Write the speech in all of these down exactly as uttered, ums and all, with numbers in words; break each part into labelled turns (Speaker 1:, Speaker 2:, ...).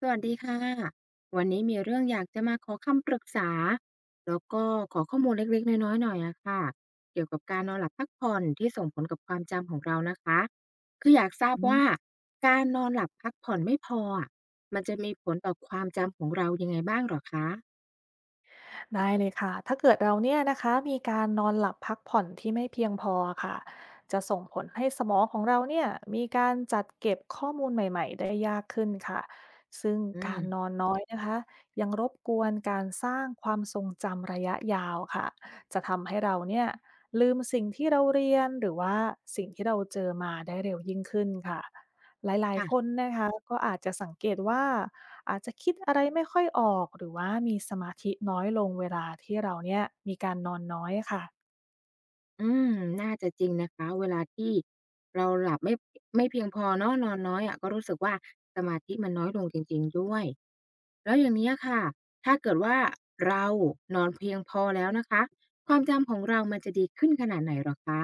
Speaker 1: สวัสดีค่ะ วันนี้มีเรื่องอยากจะมาขอคำปรึกษาแล้วก็ขอข้อมูลเล็กๆน้อยๆหน่อยอะค่ะเกี่ยวกับการนอนหลับพักผ่อนที่ส่งผลกับความจำของเรานะคะ คืออยากทราบ
Speaker 2: อื
Speaker 1: ว่า
Speaker 2: ม
Speaker 1: การนอนหลับพักผ่อนไม่พออะมันจะมีผลต่อความจำของเรายังไงบ้างเหรอคะ
Speaker 2: ได้เลยค่ะถ้าเกิดเราเนี่ยนะคะมีการนอนหลับพักผ่อนที่ไม่เพียงพอค่ะจะส่งผลให้สมองของเราเนี่ยมีการจัดเก็บข้อมูลใหม่ๆได้ยากขึ้นค่ะซึ่ง
Speaker 1: อื
Speaker 2: กา
Speaker 1: ม
Speaker 2: รนอนน้อยนะคะยังรบกวนการสร้างความทรงจำระยะยาวค่ะจะทำให้เราเนี่ยลืมสิ่งที่เราเรียนหรือว่าสิ่งที่เราเจอมาได้เร็วยิ่งขึ้นค่ะหลายๆคน
Speaker 1: ค่ะ
Speaker 2: นะคะก็อาจจะสังเกตว่า อาจจะคิดอะไรไม่ค่อยออกหรือว่ามีสมาธิน้อยลงเวลาที่เราเนี่ยมีการนอนน้อยค่ะ
Speaker 1: อืม น่าจะจริงนะคะ เวลาที่เราหลับไม่ไม่เพียงพอเนาะนอนน้อยอะก็รู้สึกว่าสมาธิมันน้อยลงจริงๆด้วยแล้วอย่างเนี้ยค่ะถ้าเกิดว่าเรานอนเพียงพอแล้วนะคะความจำของเรามันจะดีขึ้นขนาดไหนหรอคะ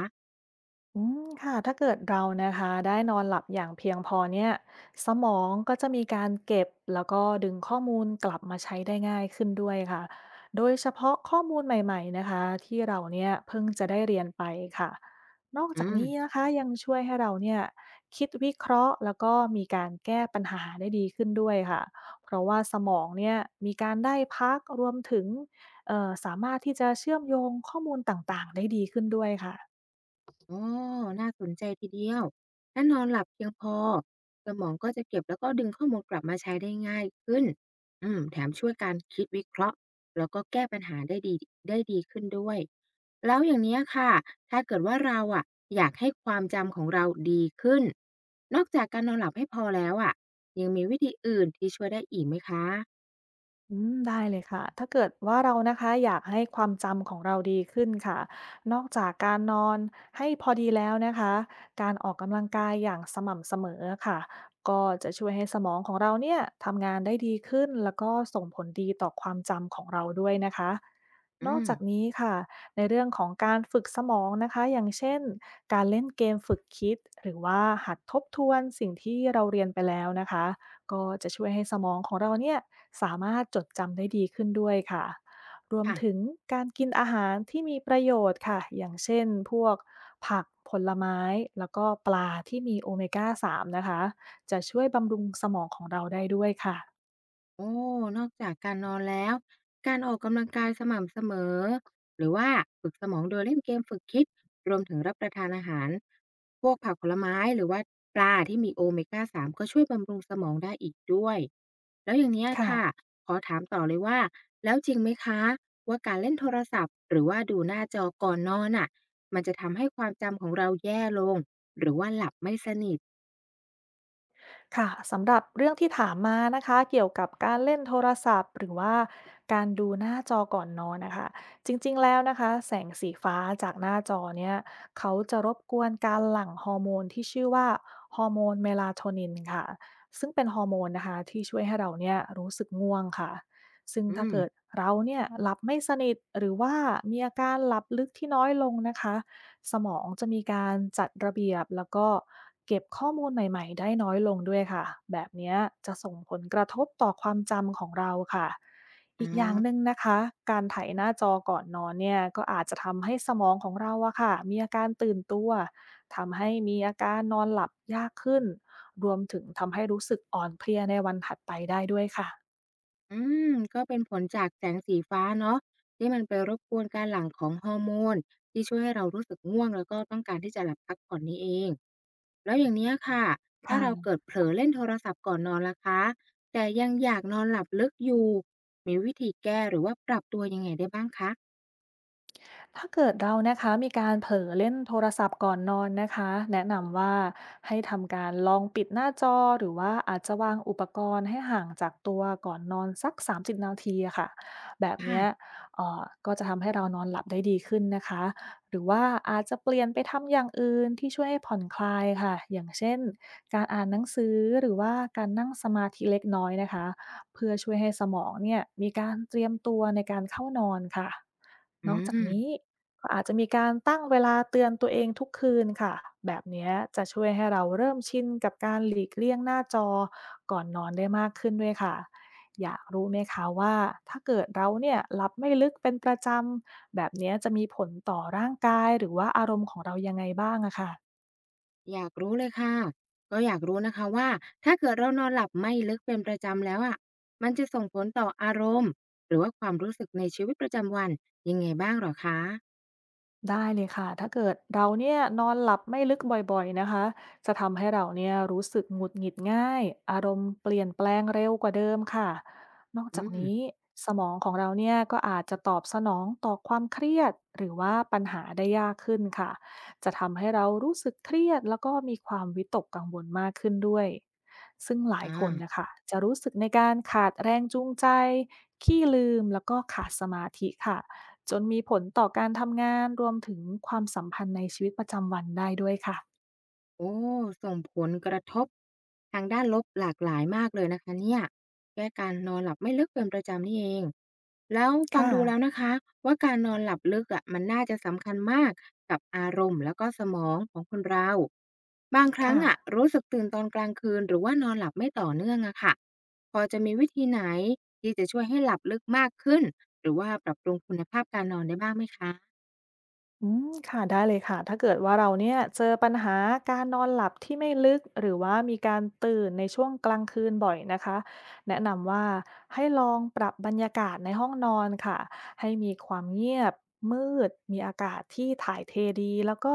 Speaker 2: อืมค่ะถ้าเกิดเรานะคะได้นอนหลับอย่างเพียงพอเนี่ยสมองก็จะมีการเก็บแล้วก็ดึงข้อมูลกลับมาใช้ได้ง่ายขึ้นด้วยค่ะโดยเฉพาะข้อมูลใหม่ๆนะคะที่เราเนี่ยเพิ่งจะได้เรียนไปค่ะนอก
Speaker 1: อื
Speaker 2: จาก
Speaker 1: ม
Speaker 2: นี้นะคะยังช่วยให้เราเนี่ยคิดวิเคราะห์แล้วก็มีการแก้ปัญหาได้ดีขึ้นด้วยค่ะเพราะว่าสมองเนี่ยมีการได้พักรวมถึงเอ่อสามารถที่จะเชื่อมโยงข้อมูลต่างๆได้ดีขึ้นด้วยค่ะ
Speaker 1: อ๋อน่าสนใจทีเดียวถ้านอนหลับเพียงพอสมองก็จะเก็บแล้วก็ดึงข้อมูลกลับมาใช้ได้ง่ายขึ้นอืมแถมช่วยการคิดวิเคราะห์แล้วก็แก้ปัญหาได้ดีได้ดีขึ้นด้วย แล้วอย่างเนี้ยค่ะถ้าเกิดว่าเราอะอยากให้ความจำของเราดีขึ้น นอกจากการนอนหลับให้พอแล้วอะยังมีวิธีอื่นที่ช่วยได้อีกไหมคะ
Speaker 2: อืมได้เลยค่ะถ้าเกิดว่าเรานะคะอยากให้ความจำของเราดีขึ้นค่ะนอกจากการนอนให้พอดีแล้วนะคะการออกกำลังกายอย่างสม่ำเสมอค่ะก็จะช่วยให้สมองของเราเนี่ยทำงานได้ดีขึ้นแล้วก็ส่งผลดีต่อความจำของเราด้วยนะคะ
Speaker 1: อื
Speaker 2: นอก
Speaker 1: ม
Speaker 2: จากนี้ค่ะในเรื่องของการฝึกสมองนะคะอย่างเช่นการเล่นเกมฝึกคิดหรือว่าหัดทบทวนสิ่งที่เราเรียนไปแล้วนะคะ ก็จะช่วยให้สมองของเราเนี่ยสามารถจดจำได้ดีขึ้นด้วยค่ะ รวมถึง
Speaker 1: ค่ะ
Speaker 2: การกินอาหารที่มีประโยชน์ค่ะ อย่างเช่นพวกผักผลไม้แล้วก็ปลาที่มีโอเมก้า สาม นะคะ จะช่วยบำรุงสมองของเราได้ด้วยค่ะ
Speaker 1: โอ้นอกจากการนอนแล้วการออกกำลังกายสม่ำเสมอหรือว่าฝึกสมองโดยเล่นเกมฝึกคิดรวมถึงรับประทานอาหารพวกผักผลไม้หรือว่าปลาที่มีโอเมกาสาม ก็ช่วยบำรุงสมองได้อีกด้วยแล้วอย่างเนี้ยค่ะ
Speaker 2: ค่ะ
Speaker 1: ขอถามต่อเลยว่าแล้วจริงไหมคะว่าการเล่นโทรศัพท์หรือว่าดูหน้าจอก่อนนอนน่ะมันจะทำให้ความจำของเราแย่ลงหรือว่าหลับไม่สนิท
Speaker 2: ค่ะสำหรับเรื่องที่ถามมานะคะเกี่ยวกับการเล่นโทรศัพท์หรือว่าการดูหน้าจอก่อนนอนนะคะจริงๆแล้วนะคะแสงสีฟ้าจากหน้าจอเนี่ยเขาจะรบกวนการหลั่งฮอร์โมนที่ชื่อว่าฮอร์โมน เมลาโทนิน ค่ะซึ่งเป็นฮอร์โมนนะคะที่ช่วยให้เราเนี่ยรู้สึกง่วงค่ะซึ่ง
Speaker 1: อื
Speaker 2: ถ้า
Speaker 1: ม
Speaker 2: เกิดเราเนี่ยหลับไม่สนิทหรือว่ามีอาการหลับลึกที่น้อยลงนะคะ สมองจะมีการจัดระเบียบแล้วก็เก็บข้อมูลใหม่ๆได้น้อยลงด้วยค่ะแบบเนี้ยจะส่งผลกระทบต่อความจำของเราค่ะอี
Speaker 1: อ๋อ
Speaker 2: กอย่างหนึ่งนะคะการไถหน้าจอก่อนนอนเนี่ยก็อาจจะทำให้สมองของเราอะค่ะมีอาการตื่นตัวทำให้มีอาการนอนหลับยากขึ้นรวมถึงทำให้รู้สึกอ่อนเพลียในวันถัดไปได้ด้วยค่ะ
Speaker 1: อืมก็เป็นผลจากแสงสีฟ้าเนาะที่มันไปรบกวนการหลั่งของฮอร์โมนที่ช่วยให้เรารู้สึกง่วงแล้วก็ต้องการที่จะหลับพักผ่อนนี้เองแล้วอย่างเนี้ยค่ะถ้าเรา
Speaker 2: ค่ะ
Speaker 1: เกิดเผลอเล่นโทรศัพท์ก่อนนอนล่ะคะแต่ยังอยากนอนหลับลึกอยู่มีวิธีแก้หรือว่าปรับตัวยังไงได้บ้างคะ
Speaker 2: ถ้าเกิดเรานะคะมีการเผลอเล่นโทรศัพท์ก่อนนอนนะคะแนะนำว่าให้ทำการลองปิดหน้าจอหรือว่าอาจจะวางอุปกรณ์ให้ห่างจากตัวก่อนนอนสักสามบนาทีอะค่ะแบบ
Speaker 1: ค่ะ
Speaker 2: เนี้ยเอ่อก็จะทำให้เรานอนหลับได้ดีขึ้นนะคะหรือว่าอาจจะเปลี่ยนไปทำอย่างอื่นที่ช่วยให้ผ่อนคลายค่ะอย่างเช่นการอ่านหนังสือหรือว่าการนั่งสมาธิเล็กน้อยนะคะ เพื่อช่วยให้สมองเนี่ยมีการเตรียมตัวในการเข้านอนค่ะ
Speaker 1: อื
Speaker 2: นอกจากนี้
Speaker 1: ม
Speaker 2: ก็อาจจะมีการตั้งเวลาเตือนตัวเองทุกคืนค่ะแบบเนี้ยจะช่วยให้เราเริ่มชินกับการหลีกเลี่ยงหน้าจอก่อนนอนได้มากขึ้นด้วยค่ะอยากรู้ไหมคะว่าถ้าเกิดเราเนี่ยหลับไม่ลึกเป็นประจำแบบเนี้ยจะมีผลต่อร่างกายหรือว่าอารมณ์ของเรายังไงบ้างอะค่ะ
Speaker 1: อยากรู้เลยค่ะ ก็อยากรู้นะคะว่าถ้าเกิดเรานอนหลับไม่ลึกเป็นประจำแล้วอะมันจะส่งผลต่ออารมณ์หรือว่าความรู้สึกในชีวิตประจำวันยังไงบ้างเหรอคะ
Speaker 2: ได้เลยค่ะถ้าเกิดเราเนี่ยนอนหลับไม่ลึกบ่อยๆนะคะจะทำให้เราเนี่ยรู้สึกหงุดหงิดง่ายอารมณ์เปลี่ยนแปลงเร็วกว่าเดิมค่ะนอก
Speaker 1: อื
Speaker 2: จาก
Speaker 1: ม
Speaker 2: นี้สมองของเราเนี่ยก็อาจจะตอบสนองต่อความเครียดหรือว่าปัญหาได้ยากขึ้นค่ะจะทำให้เรารู้สึกเครียดแล้วก็มีความวิตกกังวลมากขึ้นด้วยซึ่งหลาย
Speaker 1: อ่
Speaker 2: คนนะ
Speaker 1: า
Speaker 2: คะจะรู้สึกในการขาดแรงจูงใจขี้ลืมแล้วก็ขาดสมาธิค่ะ จนมีผลต่อการทำงานรวมถึงความสัมพันธ์ในชีวิตประจำวันได้ด้วยค่ะ
Speaker 1: โอ้ส่งผลกระทบทางด้านลบหลากหลายมากเลยนะคะเนี่ยแค่การนอนหลับไม่ลึกเป็นประจำนี่เองแล้วฟัง
Speaker 2: ค่ะ
Speaker 1: ดูแล้วนะคะว่าการนอนหลับลึกอะมันน่าจะสำคัญมากกับอารมณ์แล้วก็สมองของคนเราบางครั้ง
Speaker 2: ค่ะ
Speaker 1: อะรู้สึกตื่นตอนกลางคืนหรือว่านอนหลับไม่ต่อเนื่องอะค่ะพอจะมีวิธีไหนที่จะช่วยให้หลับลึกมากขึ้นหรือว่าปรับปรุงคุณภาพการนอนได้บ้างไหมคะ
Speaker 2: อืมค่ะได้เลยค่ะถ้าเกิดว่าเราเนี่ยเจอปัญหาการนอนหลับที่ไม่ลึกหรือว่ามีการตื่นในช่วงกลางคืนบ่อยนะคะแนะนำว่าให้ลองปรับบรรยากาศในห้องนอนค่ะให้มีความเงียบมืดมีอากาศที่ถ่ายเทดีแล้วก็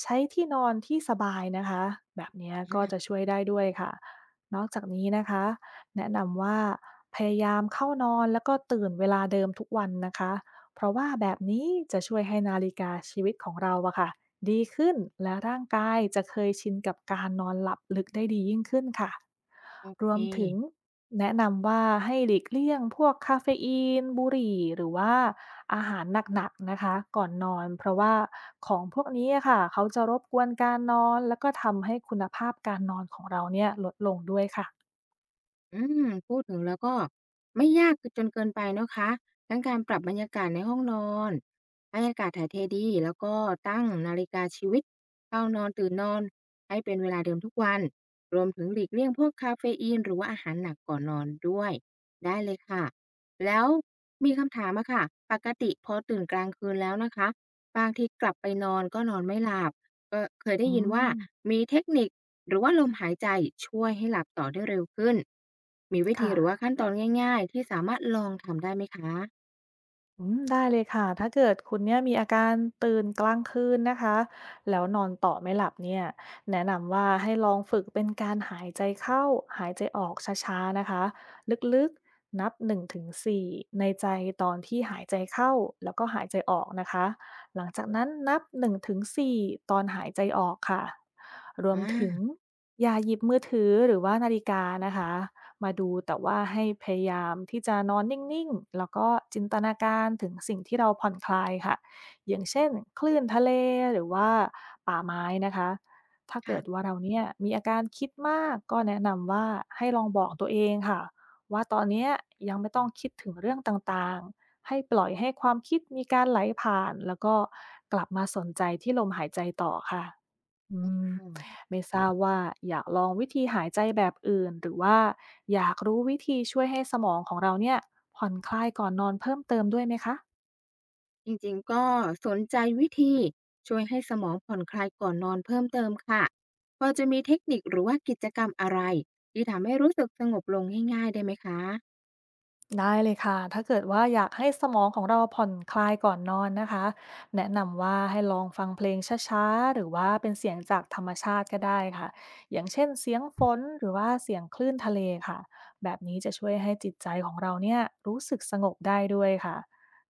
Speaker 2: ใช้ที่นอนที่สบายนะคะแบบเนี้ยก็จะช่วยได้ด้วยค่ะนอกจากนี้นะคะแนะนำว่าพยายามเข้านอนแล้วก็ตื่นเวลาเดิมทุกวันนะคะ เพราะว่าแบบนี้จะช่วยให้นาฬิกาชีวิตของเราอะค่ะดีขึ้นและร่างกายจะเคยชินกับการนอนหลับลึกได้ดียิ่งขึ้นค่ะ
Speaker 1: โอ
Speaker 2: ร
Speaker 1: เค
Speaker 2: วมถึงแนะนำว่าให้หลีกเลี่ยงพวกคาเฟอีนบุหรี่หรือว่าอาหารหนักๆนะคะก่อนนอนเพราะว่าของพวกนี้อะค่ะเขาจะรบกวนการนอนแล้วก็ทำให้คุณภาพการนอนของเราเนี่ยลดลงด้วยค่ะ
Speaker 1: อืมพูดถึงแล้วก็ไม่ยากจนเกินไปนะคะทั้งการปรับบรรยากาศในห้องนอนให้อากาศถ่ายเทดีแล้วก็ตั้งนาฬิกาชีวิตเข้านอนตื่นนอนให้เป็นเวลาเดิมทุกวันรวมถึงหลีกเลี่ยงพวกคาเฟอีนหรือว่าอาหารหนักก่อนนอนด้วยได้เลยค่ะ แล้วมีคำถามอะค่ะ ปกติพอตื่นกลางคืนแล้วนะคะบางทีกลับไปนอนก็นอนไม่หลับ ก็เคยได้
Speaker 2: อื
Speaker 1: ยินว่า
Speaker 2: ม
Speaker 1: มีเทคนิคหรือว่าลมหายใจช่วยให้หลับต่อได้เร็วขึ้นมีวิธี
Speaker 2: ค่ะ
Speaker 1: หรือว่าขั้นตอนง่ายๆที่สามารถลองทำได้ไหมคะ
Speaker 2: อืมได้เลยค่ะถ้าเกิดคุณเนี่ยมีอาการตื่นกลางคืนนะคะแล้วนอนต่อไม่หลับเนี่ยแนะนำว่าให้ลองฝึกเป็นการหายใจเข้าหายใจออกช้าๆนะคะลึกๆนับหนึ่งถึงสี่ในใจตอนที่หายใจเข้าแล้วก็หายใจออกนะคะหลังจากนั้นนับหนึ่งถึงสี่ตอนหายใจออกค่ะรว
Speaker 1: อ
Speaker 2: มถึง
Speaker 1: า
Speaker 2: อย่าหยิบมือถือหรือว่านาฬิกานะคะ มาดูแต่ว่าให้พยายามที่จะนอนนิ่งๆ แล้วก็จินตนาการถึงสิ่งที่เราผ่อนคลายค่ะอย่างเช่นคลื่นทะเลหรือว่าป่าไม้นะคะถ้าเกิดว่า
Speaker 1: ค่ะ
Speaker 2: เราเนี่ยมีอาการคิดมากก็แนะนำว่าให้ลองบอกตัวเองค่ะว่าตอนเนี้ยยังไม่ต้องคิดถึงเรื่องต่างๆให้ปล่อยให้ความคิดมีการไหลผ่านแล้วก็กลับมาสนใจที่ลมหายใจต่อค่ะอืม
Speaker 1: ออ
Speaker 2: ไม่ทราบว่าอยากลองวิธีหายใจแบบอื่นหรือว่าอยากรู้วิธีช่วยให้สมองของเราเนี่ยผ่อนคลายก่อนนอนเพิ่มเติมด้วยไหมคะ
Speaker 1: จริงๆก็สนใจวิธีช่วยให้สมองผ่อนคลายก่อนนอนเพิ่มเติมค่ะพอจะมีเทคนิคหรือว่ากิจกรรมอะไรที่ทำให้รู้สึกสงบลงง่ายๆได้ไหมคะ
Speaker 2: ได้เลยค่ะถ้าเกิดว่าอยากให้สมองของเราผ่อนคลายก่อนนอนนะคะแนะนำว่าให้ลองฟังเพลงช้าๆ หรือว่าเป็นเสียงจากธรรมชาติก็ได้ค่ะอย่างเช่นเสียงฝนหรือว่าเสียงคลื่นทะเลค่ะแบบนี้จะช่วยให้จิตใจของเราเนี่ยรู้สึกสงบได้ด้วยค่ะ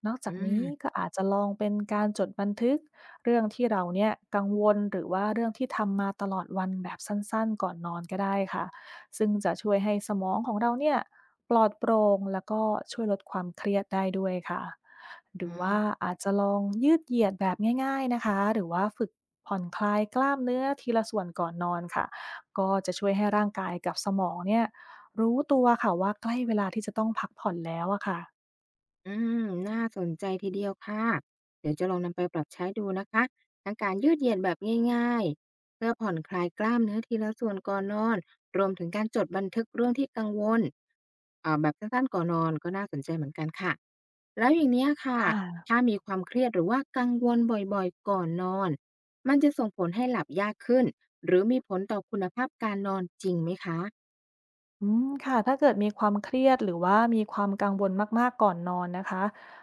Speaker 2: นอกจา
Speaker 1: อื
Speaker 2: กนี้ก็
Speaker 1: ม
Speaker 2: อาจจะลองเป็นการจดบันทึกเรื่องที่เราเนี่ยกังวลหรือว่าเรื่องที่ทำมาตลอดวันแบบสั้นๆ ก่อนนอนก็ได้ค่ะ ซึ่งจะช่วยให้สมองของเราเนี่ยปลอดโปร่งแล้วก็ช่วยลดความเครียดได้ด้วยค่ะหรื
Speaker 1: อ๋
Speaker 2: อว่า
Speaker 1: อ
Speaker 2: อาจจะลองยืดเหยียดแบบง่ายๆนะคะหรือว่าฝึกผ่อนคลายกล้ามเนื้อทีละส่วนก่อนนอนค่ะก็จะช่วยให้ร่างกายกับสมองเนี่ยรู้ตัวค่ะว่าใกล้เวลาที่จะต้องพักผ่อนแล้วอะค่ะ
Speaker 1: อืมน่าสนใจทีเดียวค่ะ เดี๋ยวจะลองนำไปปรับใช้ดูนะคะทั้งการยืดเหยียดแบบง่ายๆเพื่อผ่อนคลายกล้ามเนื้อทีละส่วนก่อนนอนรวมถึงการจดบันทึกเรื่องที่กังวลเอ่อแบบสั้นๆก่อนนอนก็น่าสนใจเหมือนกันค่ะแล้วอย่างเนี้ยค่ะ
Speaker 2: ค่ะ
Speaker 1: ถ้ามีความเครียดหรือว่ากังวลบ่อยๆก่อนนอนมันจะส่งผลให้หลับยากขึ้นหรือมีผลต่อคุณภาพการนอนจริงไหมคะ
Speaker 2: อืมค่ะถ้าเกิดมีความเครียดหรือว่ามีความกังวลมากๆก่อนนอนนะคะ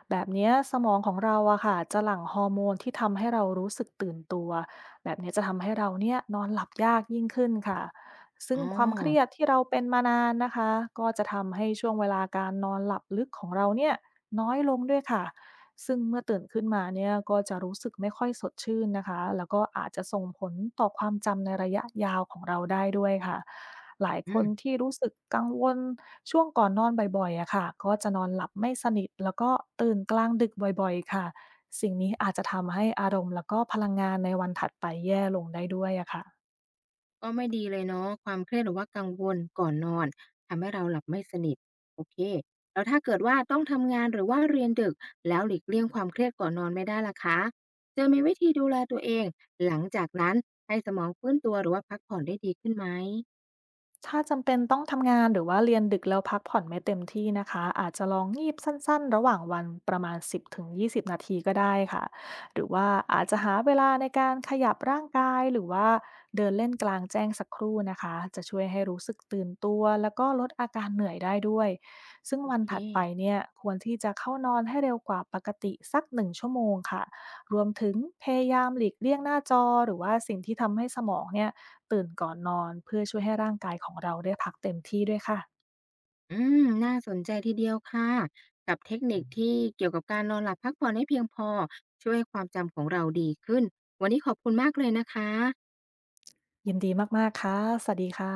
Speaker 2: แบบเนี้ยสมองของเราอะค่ะจะหลั่งฮอร์โมนที่ทำให้เรารู้สึกตื่นตัวแบบเนี้ยจะทำให้เราเนี่ยนอนหลับยากยิ่งขึ้นค่ะซึ่ง
Speaker 1: อ๋อ
Speaker 2: ความเครียดที่เราเป็นมานานนะคะก็จะทำให้ช่วงเวลาการนอนหลับลึกของเราเนี่ยน้อยลงด้วยค่ะ ซึ่งเมื่อตื่นขึ้นมาเนี่ยก็จะรู้สึกไม่ค่อยสดชื่นนะคะแล้วก็อาจจะส่งผลต่อความจำในระยะยาวของเราได้ด้วยค่ะหลายค
Speaker 1: อื
Speaker 2: น
Speaker 1: ม
Speaker 2: ที่รู้สึกกังวลช่วงก่อนนอนบ่อยๆอะค่ะก็จะนอนหลับไม่สนิทแล้วก็ตื่นกลางดึกบ่อยๆค่ะสิ่งนี้อาจจะทำให้อารมณ์แล้วก็พลังงานในวันถัดไปแย่ลงได้ด้วยอะค่ะ
Speaker 1: ก็ไม่ดีเลยเนาะความเครียดหรือว่ากังวลก่อนนอนทำให้เราหลับไม่สนิทโอเคแล้วถ้าเกิดว่าต้องทำงานหรือว่าเรียนดึกแล้วหลีกเลี่ยงความเครียดก่อนนอนไม่ได้ล่ะคะจะมีวิธีดูแลตัวเองหลังจากนั้นให้สมองฟื้นตัวหรือว่าพักผ่อนได้ดีขึ้นไหม
Speaker 2: ถ้าจำเป็นต้องทำงานหรือว่าเรียนดึกแล้วพักผ่อนไม่เต็มที่นะคะอาจจะลองงีบสั้นๆระหว่างวันประมาณสิบถึงยี่สิบนาทีก็ได้ค่ะหรือว่าอาจจะหาเวลาในการขยับร่างกายหรือว่าเดินเล่นกลางแจ้งสักครู่นะคะจะช่วยให้รู้สึกตื่นตัวแล้วก็ลดอาการเหนื่อยได้ด้วยซึ่ง
Speaker 1: โอ
Speaker 2: วัน
Speaker 1: เค
Speaker 2: ถัดไปเนี่ยควรที่จะเข้านอนให้เร็วกว่าปกติสักหนึ่งชั่วโมงค่ะ รวมถึงพยายามหลีกเลี่ยงหน้าจอหรือว่าสิ่งที่ทำให้สมองเนี่ยตื่นก่อนนอนเพื่อช่วยให้ร่างกายของเราได้พักเต็มที่ด้วยค่ะ
Speaker 1: อืมน่าสนใจทีเดียวค่ะกับเทคนิคที่เกี่ยวกับการนอนหลับพักผ่อนให้เพียงพอช่วยให้ความจำของเราดีขึ้นวันนี้ขอบคุณมากเลยนะคะ
Speaker 2: ยินดีมากๆค่ะสวัสดีค่ะ